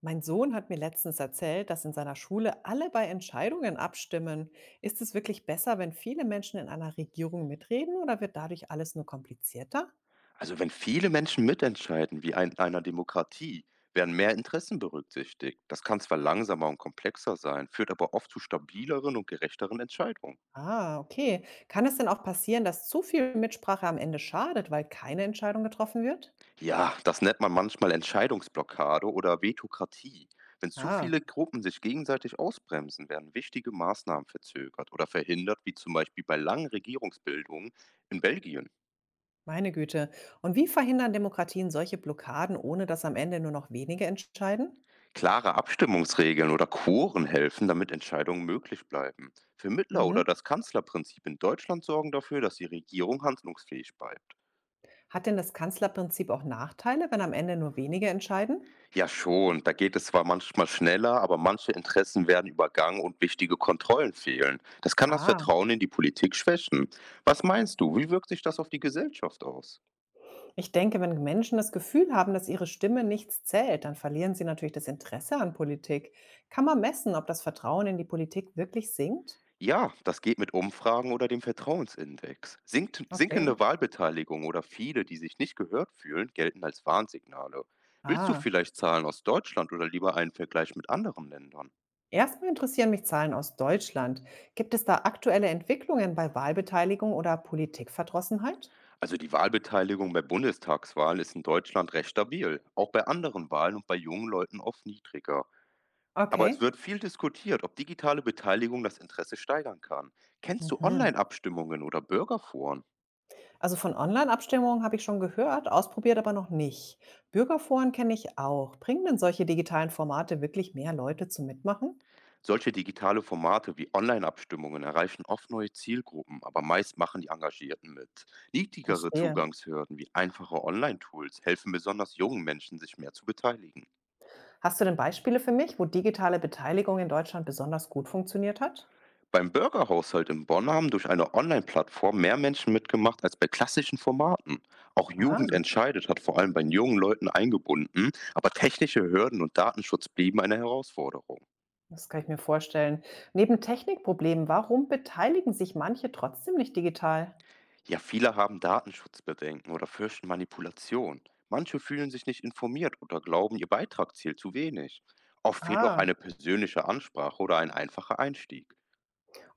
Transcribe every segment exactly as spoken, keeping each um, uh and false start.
Mein Sohn hat mir letztens erzählt, dass in seiner Schule alle bei Entscheidungen abstimmen. Ist es wirklich besser, wenn viele Menschen in einer Regierung mitreden oder wird dadurch alles nur komplizierter? Also wenn viele Menschen mitentscheiden, wie in einer Demokratie, werden mehr Interessen berücksichtigt. Das kann zwar langsamer und komplexer sein, führt aber oft zu stabileren und gerechteren Entscheidungen. Ah, okay. Kann es denn auch passieren, dass zu viel Mitsprache am Ende schadet, weil keine Entscheidung getroffen wird? Ja, das nennt man manchmal Entscheidungsblockade oder Vetokratie. Wenn zu Ah, viele Gruppen sich gegenseitig ausbremsen, werden wichtige Maßnahmen verzögert oder verhindert, wie zum Beispiel bei langen Regierungsbildungen in Belgien. meine Güte. Und wie verhindern Demokratien solche Blockaden, ohne dass am Ende nur noch wenige entscheiden? Klare Abstimmungsregeln oder Quoren helfen, damit Entscheidungen möglich bleiben. Vermittler oder Mhm. das Kanzlerprinzip in Deutschland sorgen dafür, dass die Regierung handlungsfähig bleibt. Hat denn das Kanzlerprinzip auch Nachteile, wenn am Ende nur wenige entscheiden? Ja schon, da geht es zwar manchmal schneller, aber manche Interessen werden übergangen und wichtige Kontrollen fehlen. Das kann das Ah. Vertrauen in die Politik schwächen. Was meinst du, wie wirkt sich das auf die Gesellschaft aus? Ich denke, wenn Menschen das Gefühl haben, dass ihre Stimme nichts zählt, dann verlieren sie natürlich das Interesse an Politik. Kann man messen, ob das Vertrauen in die Politik wirklich sinkt? Ja, das geht mit Umfragen oder dem Vertrauensindex. Sinkt, Okay. Sinkende Wahlbeteiligung oder viele, die sich nicht gehört fühlen, gelten als Warnsignale. Willst du Ah, vielleicht Zahlen aus Deutschland oder lieber einen Vergleich mit anderen Ländern? erstmal interessieren mich Zahlen aus Deutschland. Gibt es da aktuelle Entwicklungen bei Wahlbeteiligung oder Politikverdrossenheit? Also die Wahlbeteiligung bei Bundestagswahlen ist in Deutschland recht stabil, auch bei anderen Wahlen und bei jungen Leuten oft niedriger. Aber es Okay. wird viel diskutiert, ob digitale Beteiligung das Interesse steigern kann. Kennst du Mhm. Online-Abstimmungen oder Bürgerforen? Also von Online-Abstimmungen habe ich schon gehört, ausprobiert aber noch nicht. Bürgerforen kenne ich auch. Bringen denn solche digitalen Formate wirklich mehr Leute zum Mitmachen? Solche digitale Formate wie Online-Abstimmungen erreichen oft neue Zielgruppen, aber meist machen die Engagierten mit. Niedrigere Verstehe. Zugangshürden wie einfache Online-Tools helfen besonders jungen Menschen, sich mehr zu beteiligen. Hast du denn Beispiele für mich, wo digitale Beteiligung in Deutschland besonders gut funktioniert hat? Beim Bürgerhaushalt in Bonn haben durch eine Online-Plattform mehr Menschen mitgemacht als bei klassischen Formaten. Auch Jugend Ah, entscheidet hat vor allem bei jungen Leuten eingebunden, aber technische Hürden und Datenschutz blieben eine Herausforderung. das kann ich mir vorstellen. Neben Technikproblemen, warum beteiligen sich manche trotzdem nicht digital? Ja, viele haben Datenschutzbedenken oder fürchten Manipulation. Manche fühlen sich nicht informiert oder glauben, ihr Beitrag zählt zu wenig. Oft fehlt auch Ah, eine persönliche Ansprache oder ein einfacher Einstieg.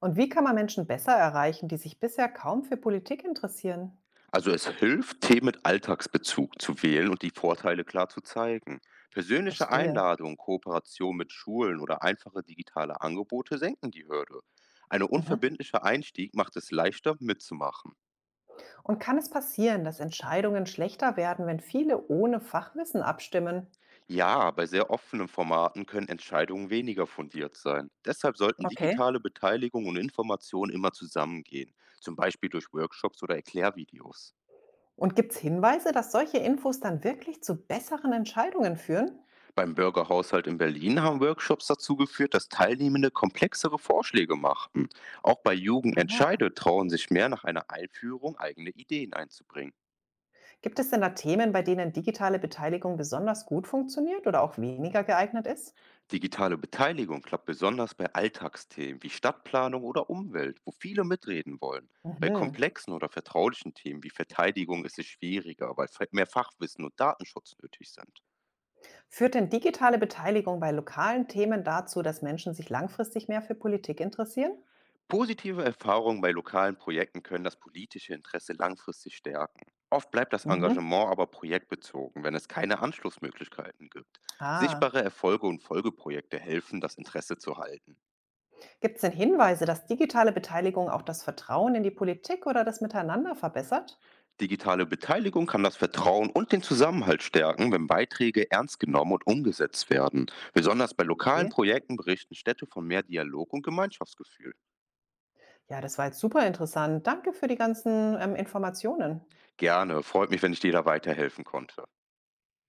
und wie kann man Menschen besser erreichen, die sich bisher kaum für Politik interessieren? Also es hilft, Themen mit Alltagsbezug zu wählen und die Vorteile klar zu zeigen. Persönliche Verstehe. Einladungen, Kooperation mit Schulen oder einfache digitale Angebote senken die Hürde. Ein Mhm. unverbindlicher Einstieg macht es leichter, mitzumachen. Und kann es passieren, dass Entscheidungen schlechter werden, wenn viele ohne Fachwissen abstimmen? Ja, bei sehr offenen Formaten können Entscheidungen weniger fundiert sein. Deshalb sollten Okay. digitale Beteiligung und Information immer zusammengehen, zum Beispiel durch Workshops oder Erklärvideos. Und gibt es Hinweise, dass solche Infos dann wirklich zu besseren Entscheidungen führen? Beim Bürgerhaushalt in Berlin haben Workshops dazu geführt, dass Teilnehmende komplexere Vorschläge machten. Auch bei Jugend Ah. entscheidet trauen sich mehr nach einer Einführung eigene Ideen einzubringen. Gibt es denn da Themen, bei denen digitale Beteiligung besonders gut funktioniert oder auch weniger geeignet ist? Digitale Beteiligung klappt besonders bei Alltagsthemen wie Stadtplanung oder Umwelt, wo viele mitreden wollen. Bei Mhm. komplexen oder vertraulichen Themen wie Verteidigung ist es schwieriger, weil fe- mehr Fachwissen und Datenschutz nötig sind. Führt denn digitale Beteiligung bei lokalen Themen dazu, dass Menschen sich langfristig mehr für Politik interessieren? Positive Erfahrungen bei lokalen Projekten können das politische Interesse langfristig stärken. Oft bleibt das Mhm. Engagement aber projektbezogen, wenn es keine Anschlussmöglichkeiten gibt. Ah, Sichtbare Erfolge und Folgeprojekte helfen, das Interesse zu halten. gibt es denn Hinweise, dass digitale Beteiligung auch das Vertrauen in die Politik oder das Miteinander verbessert? Digitale Beteiligung kann das Vertrauen und den Zusammenhalt stärken, wenn Beiträge ernst genommen und umgesetzt werden. Besonders bei lokalen Okay. Projekten berichten Städte von mehr Dialog und Gemeinschaftsgefühl. Ja, das war jetzt super interessant. Danke für die ganzen ähm, Informationen. Gerne, freut mich, wenn ich dir da weiterhelfen konnte.